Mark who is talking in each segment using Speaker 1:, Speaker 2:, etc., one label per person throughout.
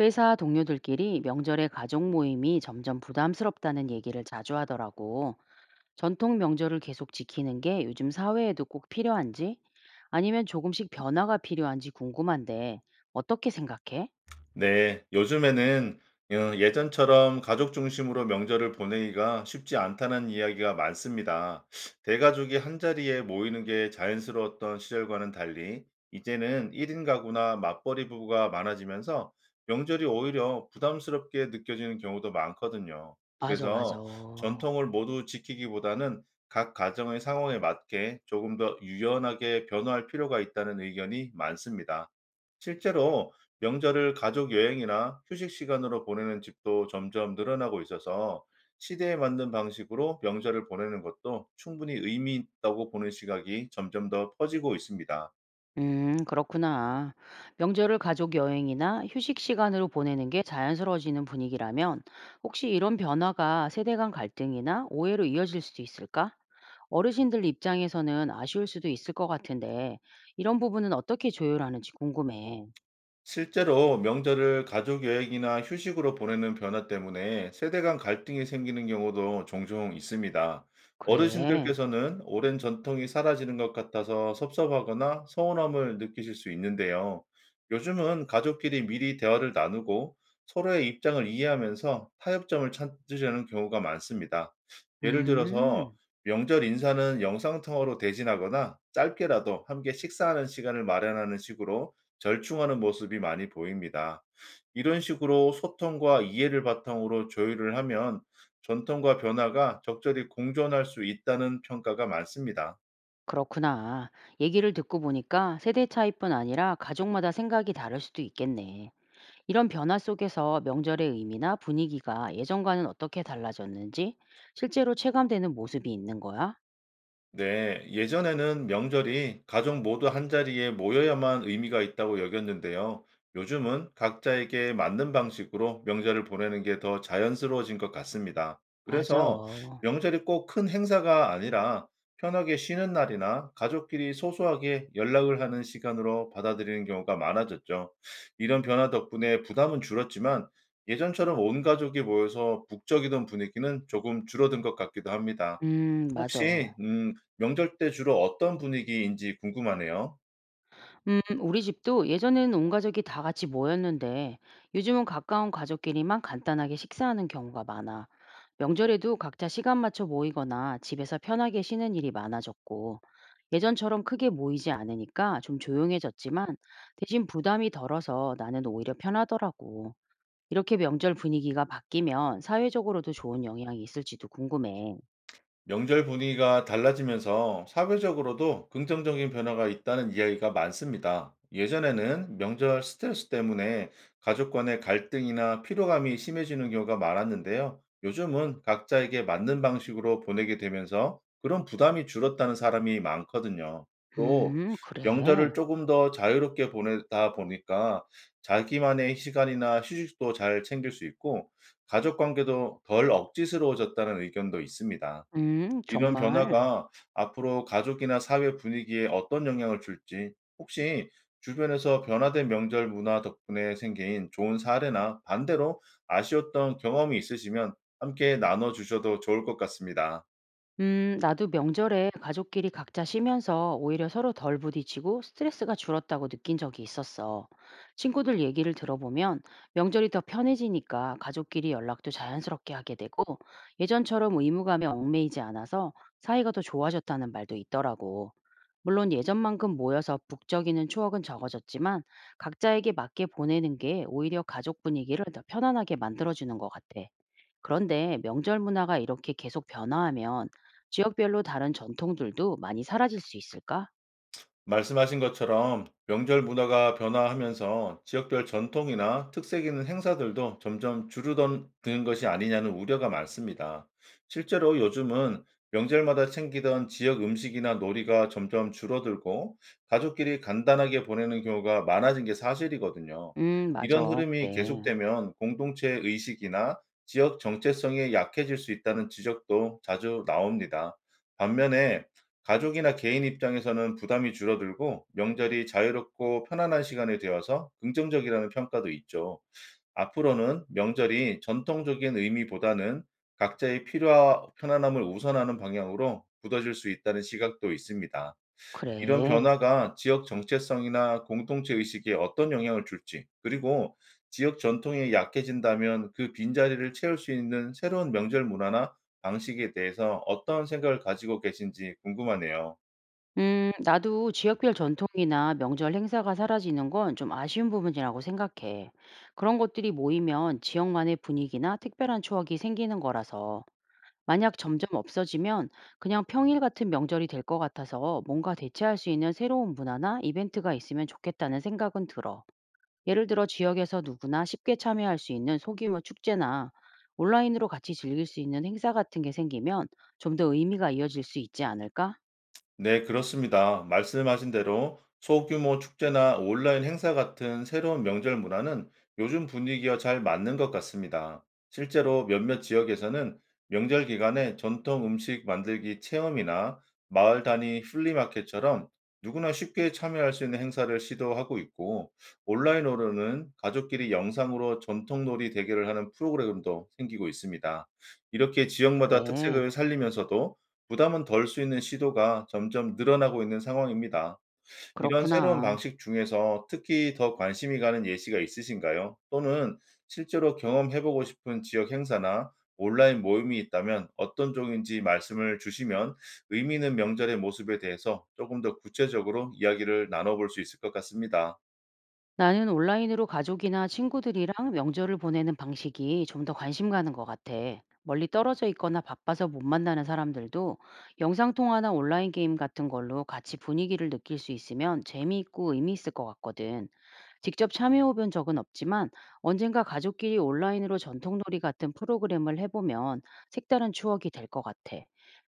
Speaker 1: 회사 동료들끼리 명절에 가족 모임이 점점 부담스럽다는 얘기를 자주 하더라고. 전통 명절을 계속 지키는 게 요즘 사회에도 꼭 필요한지, 아니면 조금씩 변화가 필요한지 궁금한데, 어떻게 생각해?
Speaker 2: 네, 요즘에는 예전처럼 가족 중심으로 명절을 보내기가 쉽지 않다는 이야기가 많습니다. 대가족이 한자리에 모이는 게 자연스러웠던 시절과는 달리, 이제는 1인 가구나 맞벌이 부부가 많아지면서 명절이 오히려 부담스럽게 느껴지는 경우도 많거든요.
Speaker 1: 맞아, 맞아.
Speaker 2: 그래서 전통을 모두 지키기보다는 각 가정의 상황에 맞게 조금 더 유연하게 변화할 필요가 있다는 의견이 많습니다. 실제로 명절을 가족 여행이나 휴식 시간으로 보내는 집도 점점 늘어나고 있어서, 시대에 맞는 방식으로 명절을 보내는 것도 충분히 의미 있다고 보는 시각이 점점 더 퍼지고 있습니다.
Speaker 1: 그렇구나. 명절을 가족 여행이나 휴식 시간으로 보내는 게 자연스러워지는 분위기라면, 혹시 이런 변화가 세대 간 갈등이나 오해로 이어질 수도 있을까? 어르신들 입장에서는 아쉬울 수도 있을 것 같은데, 이런 부분은 어떻게 조율하는지 궁금해.
Speaker 2: 실제로 명절을 가족 여행이나 휴식으로 보내는 변화 때문에 세대 간 갈등이 생기는 경우도 종종 있습니다.
Speaker 1: 그래.
Speaker 2: 어르신들께서는 오랜 전통이 사라지는 것 같아서 섭섭하거나 서운함을 느끼실 수 있는데요. 요즘은 가족끼리 미리 대화를 나누고 서로의 입장을 이해하면서 타협점을 찾으려는 경우가 많습니다. 예를 들어서,
Speaker 1: 음,
Speaker 2: 명절 인사는 영상통화로 대신하거나 짧게라도 함께 식사하는 시간을 마련하는 식으로 절충하는 모습이 많이 보입니다. 이런 식으로 소통과 이해를 바탕으로 조율을 하면 전통과 변화가 적절히 공존할 수 있다는 평가가 많습니다.
Speaker 1: 그렇구나. 얘기를 듣고 보니까 세대 차이뿐 아니라 가족마다 생각이 다를 수도 있겠네. 이런 변화 속에서 명절의 의미나 분위기가 예전과는 어떻게 달라졌는지 실제로 체감되는 모습이 있는 거야?
Speaker 2: 네, 예전에는 명절이 가족 모두 한자리에 모여야만 의미가 있다고 여겼는데요. 요즘은 각자에게 맞는 방식으로 명절을 보내는 게 더 자연스러워진 것 같습니다.
Speaker 1: 맞아.
Speaker 2: 그래서 명절이 꼭 큰 행사가 아니라 편하게 쉬는 날이나 가족끼리 소소하게 연락을 하는 시간으로 받아들이는 경우가 많아졌죠. 이런 변화 덕분에 부담은 줄었지만 예전처럼 온 가족이 모여서 북적이던 분위기는 조금 줄어든 것 같기도 합니다.
Speaker 1: 맞아.
Speaker 2: 혹시 명절 때 주로 어떤 분위기인지 궁금하네요.
Speaker 1: 우리 집도 예전에는 온 가족이 다 같이 모였는데 요즘은 가까운 가족끼리만 간단하게 식사하는 경우가 많아. 명절에도 각자 시간 맞춰 모이거나 집에서 편하게 쉬는 일이 많아졌고 예전처럼 크게 모이지 않으니까 좀 조용해졌지만 대신 부담이 덜어서 나는 오히려 편하더라고. 이렇게 명절 분위기가 바뀌면 사회적으로도 좋은 영향이 있을지도 궁금해.
Speaker 2: 명절 분위기가 달라지면서 사회적으로도 긍정적인 변화가 있다는 이야기가 많습니다. 예전에는 명절 스트레스 때문에 가족 간의 갈등이나 피로감이 심해지는 경우가 많았는데요. 요즘은 각자에게 맞는 방식으로 보내게 되면서 그런 부담이 줄었다는 사람이 많거든요. 또
Speaker 1: 그래.
Speaker 2: 명절을 조금 더 자유롭게 보내다 보니까 자기만의 시간이나 휴식도 잘 챙길 수 있고, 가족 관계도 덜 억지스러워졌다는 의견도 있습니다. 이런
Speaker 1: 정말.
Speaker 2: 변화가 앞으로 가족이나 사회 분위기에 어떤 영향을 줄지, 혹시 주변에서 변화된 명절 문화 덕분에 생긴 좋은 사례나 반대로 아쉬웠던 경험이 있으시면 함께 나눠 주셔도 좋을 것 같습니다.
Speaker 1: 나도 명절에 가족끼리 각자 쉬면서 오히려 서로 덜 부딪히고 스트레스가 줄었다고 느낀 적이 있었어. 친구들 얘기를 들어보면 명절이 더 편해지니까 가족끼리 연락도 자연스럽게 하게 되고 예전처럼 의무감에 얽매이지 않아서 사이가 더 좋아졌다는 말도 있더라고. 물론 예전만큼 모여서 북적이는 추억은 적어졌지만 각자에게 맞게 보내는 게 오히려 가족 분위기를 더 편안하게 만들어주는 것 같아. 그런데 명절 문화가 이렇게 계속 변화하면 지역별로 다른 전통들도 많이 사라질 수 있을까?
Speaker 2: 말씀하신 것처럼 명절 문화가 변화하면서 지역별 전통이나 특색 있는 행사들도 점점 줄어드는 것이 아니냐는 우려가 많습니다. 실제로 요즘은 명절마다 챙기던 지역 음식이나 놀이가 점점 줄어들고, 가족끼리 간단하게 보내는 경우가 많아진 게 사실이거든요.
Speaker 1: 맞아.
Speaker 2: 이런 흐름이
Speaker 1: 그래.
Speaker 2: 계속되면 공동체 의식이나 지역 정체성이 약해질 수 있다는 지적도 자주 나옵니다. 반면에 가족이나 개인 입장에서는 부담이 줄어들고 명절이 자유롭고 편안한 시간이 되어서 긍정적이라는 평가도 있죠. 앞으로는 명절이 전통적인 의미보다는 각자의 필요와 편안함을 우선하는 방향으로 굳어질 수 있다는 시각도 있습니다. 이런
Speaker 1: 그래.
Speaker 2: 변화가 지역 정체성이나 공동체 의식에 어떤 영향을 줄지, 그리고 지역 전통이 약해진다면 그 빈자리를 채울 수 있는 새로운 명절 문화나 방식에 대해서 어떤 생각을 가지고 계신지 궁금하네요.
Speaker 1: 나도 지역별 전통이나 명절 행사가 사라지는 건 좀 아쉬운 부분이라고 생각해. 그런 것들이 모이면 지역만의 분위기나 특별한 추억이 생기는 거라서. 만약 점점 없어지면 그냥 평일 같은 명절이 될 것 같아서 뭔가 대체할 수 있는 새로운 문화나 이벤트가 있으면 좋겠다는 생각은 들어. 예를 들어 지역에서 누구나 쉽게 참여할 수 있는 소규모 축제나 온라인으로 같이 즐길 수 있는 행사 같은 게 생기면 좀 더 의미가 이어질 수 있지 않을까?
Speaker 2: 네, 그렇습니다. 말씀하신 대로 소규모 축제나 온라인 행사 같은 새로운 명절 문화는 요즘 분위기와 잘 맞는 것 같습니다. 실제로 몇몇 지역에서는 명절 기간에 전통 음식 만들기 체험이나 마을 단위 플리마켓처럼 누구나 쉽게 참여할 수 있는 행사를 시도하고 있고, 온라인으로는 가족끼리 영상으로 전통놀이 대결을 하는 프로그램도 생기고 있습니다. 이렇게 지역마다
Speaker 1: 그래,
Speaker 2: 특색을 살리면서도 부담은 덜 수 있는 시도가 점점 늘어나고 있는 상황입니다. 이런 새로운
Speaker 1: 그렇구나.
Speaker 2: 방식 중에서 특히 더 관심이 가는 예시가 있으신가요? 또는 실제로 경험해 보고 싶은 지역 행사나 온라인 모임이 있다면 어떤 쪽인지 말씀을 주시면 의미 있는 명절의 모습에 대해서 조금 더 구체적으로 이야기를 나눠 볼 수 있을 것 같습니다.
Speaker 1: 나는 온라인으로 가족이나 친구들이랑 명절을 보내는 방식이 좀 더 관심 가는 것 같아. 멀리 떨어져 있거나 바빠서 못 만나는 사람들도 영상통화나 온라인 게임 같은 걸로 같이 분위기를 느낄 수 있으면 재미있고 의미 있을 것 같거든. 직접 참여해본 적은 없지만 언젠가 가족끼리 온라인으로 전통놀이 같은 프로그램을 해보면 색다른 추억이 될 것 같아.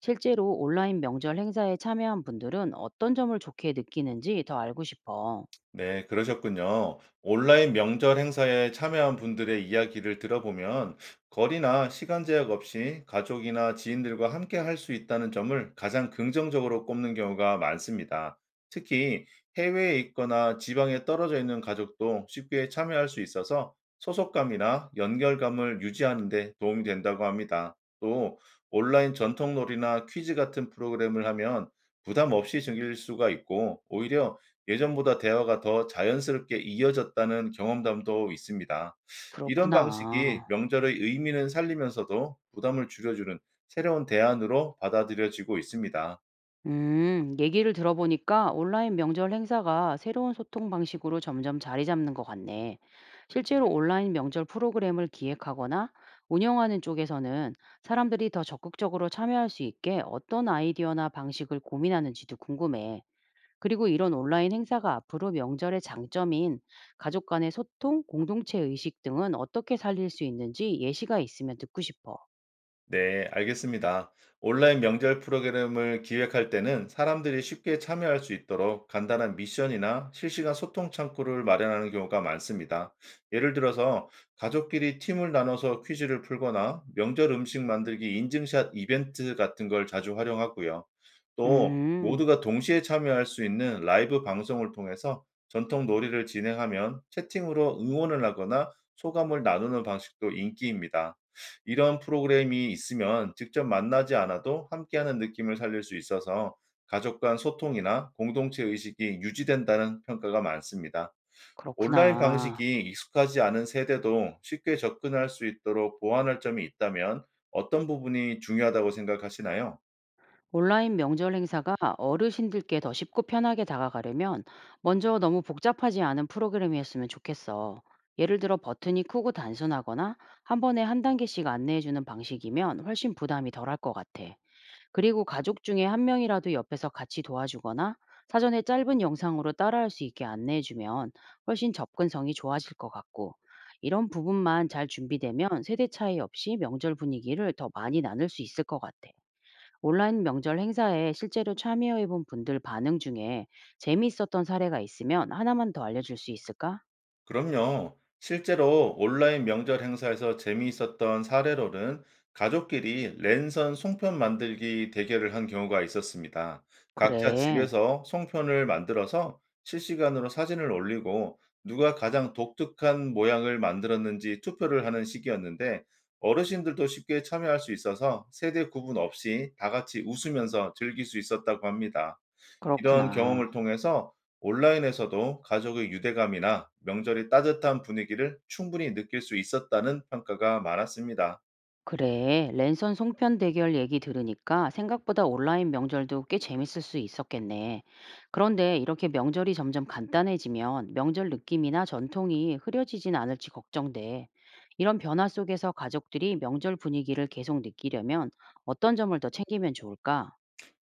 Speaker 1: 실제로 온라인 명절 행사에 참여한 분들은 어떤 점을 좋게 느끼는지 더 알고 싶어.
Speaker 2: 네, 그러셨군요. 온라인 명절 행사에 참여한 분들의 이야기를 들어보면 거리나 시간 제약 없이 가족이나 지인들과 함께 할 수 있다는 점을 가장 긍정적으로 꼽는 경우가 많습니다. 특히 해외에 있거나 지방에 떨어져 있는 가족도 쉽게 참여할 수 있어서 소속감이나 연결감을 유지하는 데 도움이 된다고 합니다. 또 온라인 전통놀이나 퀴즈 같은 프로그램을 하면 부담 없이 즐길 수가 있고, 오히려 예전보다 대화가 더 자연스럽게 이어졌다는 경험담도 있습니다. 이런 방식이
Speaker 1: 그렇구나.
Speaker 2: 명절의 의미는 살리면서도 부담을 줄여주는 새로운 대안으로 받아들여지고 있습니다.
Speaker 1: 얘기를 들어보니까 온라인 명절 행사가 새로운 소통 방식으로 점점 자리 잡는 것 같네. 실제로 온라인 명절 프로그램을 기획하거나 운영하는 쪽에서는 사람들이 더 적극적으로 참여할 수 있게 어떤 아이디어나 방식을 고민하는지도 궁금해. 그리고 이런 온라인 행사가 앞으로 명절의 장점인 가족 간의 소통, 공동체 의식 등은 어떻게 살릴 수 있는지 예시가 있으면 듣고 싶어.
Speaker 2: 네, 알겠습니다. 온라인 명절 프로그램을 기획할 때는 사람들이 쉽게 참여할 수 있도록 간단한 미션이나 실시간 소통 창구를 마련하는 경우가 많습니다. 예를 들어서, 가족끼리 팀을 나눠서 퀴즈를 풀거나 명절 음식 만들기 인증샷 이벤트 같은 걸 자주 활용하고요. 또
Speaker 1: 음,
Speaker 2: 모두가 동시에 참여할 수 있는 라이브 방송을 통해서 전통 놀이를 진행하면 채팅으로 응원을 하거나 소감을 나누는 방식도 인기입니다. 이런 프로그램이 있으면 직접 만나지 않아도 함께하는 느낌을 살릴 수 있어서 가족 간 소통이나 공동체 의식이 유지된다는 평가가 많습니다. 온라인
Speaker 1: 그렇구나.
Speaker 2: 방식이 익숙하지 않은 세대도 쉽게 접근할 수 있도록 보완할 점이 있다면 어떤 부분이 중요하다고 생각하시나요?
Speaker 1: 온라인 명절 행사가 어르신들께 더 쉽고 편하게 다가가려면 먼저 너무 복잡하지 않은 프로그램이었으면 좋겠어. 예를 들어 버튼이 크고 단순하거나 한 번에 한 단계씩 안내해주는 방식이면 훨씬 부담이 덜할 것 같아. 그리고 가족 중에 한 명이라도 옆에서 같이 도와주거나 사전에 짧은 영상으로 따라할 수 있게 안내해주면 훨씬 접근성이 좋아질 것 같고 이런 부분만 잘 준비되면 세대 차이 없이 명절 분위기를 더 많이 나눌 수 있을 것 같아. 온라인 명절 행사에 실제로 참여해 본 분들 반응 중에 재미있었던 사례가 있으면 하나만 더 알려줄 수 있을까?
Speaker 2: 그럼요. 실제로 온라인 명절 행사에서 재미있었던 사례로는 가족끼리 랜선 송편 만들기 대결을 한 경우가 있었습니다. 각자
Speaker 1: 그래,
Speaker 2: 집에서 송편을 만들어서 실시간으로 사진을 올리고, 누가 가장 독특한 모양을 만들었는지 투표를 하는 시기였는데, 어르신들도 쉽게 참여할 수 있어서 세대 구분 없이 다 같이 웃으면서 즐길 수 있었다고 합니다. 이런 경험을
Speaker 1: 그렇구나.
Speaker 2: 통해서 온라인에서도 가족의 유대감이나 명절의 따뜻한 분위기를 충분히 느낄 수 있었다는 평가가 많았습니다.
Speaker 1: 그래, 랜선 송편 대결 얘기 들으니까 생각보다 온라인 명절도 꽤 재밌을 수 있었겠네. 그런데 이렇게 명절이 점점 간단해지면 명절 느낌이나 전통이 흐려지진 않을지 걱정돼. 이런 변화 속에서 가족들이 명절 분위기를 계속 느끼려면 어떤 점을 더 챙기면 좋을까?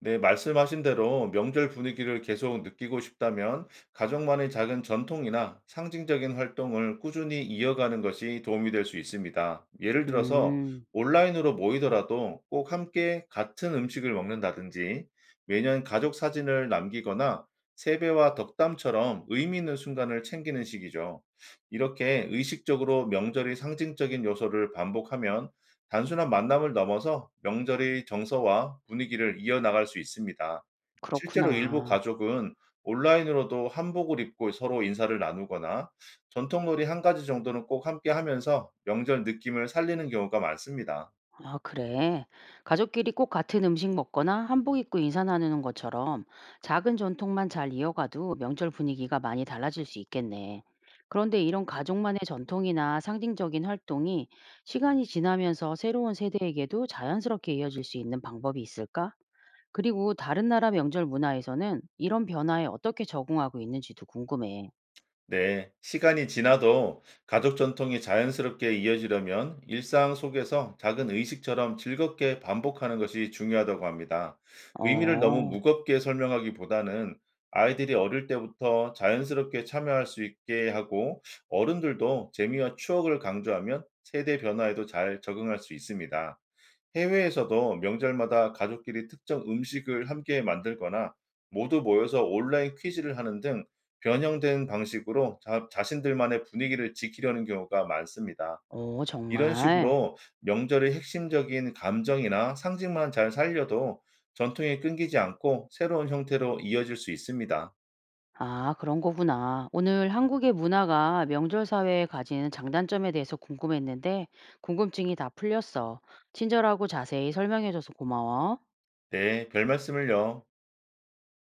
Speaker 2: 네, 말씀하신 대로 명절 분위기를 계속 느끼고 싶다면 가족만의 작은 전통이나 상징적인 활동을 꾸준히 이어가는 것이 도움이 될 수 있습니다. 예를 들어서,
Speaker 1: 음.
Speaker 2: 온라인으로 모이더라도 꼭 함께 같은 음식을 먹는다든지, 매년 가족 사진을 남기거나 세배와 덕담처럼 의미 있는 순간을 챙기는 식이죠. 이렇게 의식적으로 명절의 상징적인 요소를 반복하면 단순한 만남을 넘어서 명절의 정서와 분위기를 이어나갈 수 있습니다. 실제로 일부
Speaker 1: 그렇구나.
Speaker 2: 가족은 온라인으로도 한복을 입고 서로 인사를 나누거나 전통놀이 한 가지 정도는 꼭 함께 하면서 명절 느낌을 살리는 경우가 많습니다.
Speaker 1: 아, 그래. 가족끼리 꼭 같은 음식 먹거나 한복 입고 인사 나누는 것처럼 작은 전통만 잘 이어가도 명절 분위기가 많이 달라질 수 있겠네. 그런데 이런 가족만의 전통이나 상징적인 활동이 시간이 지나면서 새로운 세대에게도 자연스럽게 이어질 수 있는 방법이 있을까? 그리고 다른 나라 명절 문화에서는 이런 변화에 어떻게 적응하고 있는지도 궁금해.
Speaker 2: 네, 시간이 지나도 가족 전통이 자연스럽게 이어지려면 일상 속에서 작은 의식처럼 즐겁게 반복하는 것이 중요하다고 합니다. 의미를 너무
Speaker 1: 어,
Speaker 2: 무겁게 설명하기보다는 아이들이 어릴 때부터 자연스럽게 참여할 수 있게 하고, 어른들도 재미와 추억을 강조하면 세대 변화에도 잘 적응할 수 있습니다. 해외에서도 명절마다 가족끼리 특정 음식을 함께 만들거나 모두 모여서 온라인 퀴즈를 하는 등 변형된 방식으로 자신들만의 분위기를 지키려는 경우가 많습니다. 이런
Speaker 1: 정말.
Speaker 2: 식으로 명절의 핵심적인 감정이나 상징만 잘 살려도 전통이 끊기지 않고 새로운 형태로 이어질 수 있습니다.
Speaker 1: 아, 그런 거구나. 오늘 한국의 문화가 명절 사회에 가지는 장단점에 대해서 궁금했는데, 궁금증이 다 풀렸어. 친절하고 자세히 설명해줘서 고마워.
Speaker 2: 네, 별 말씀을요.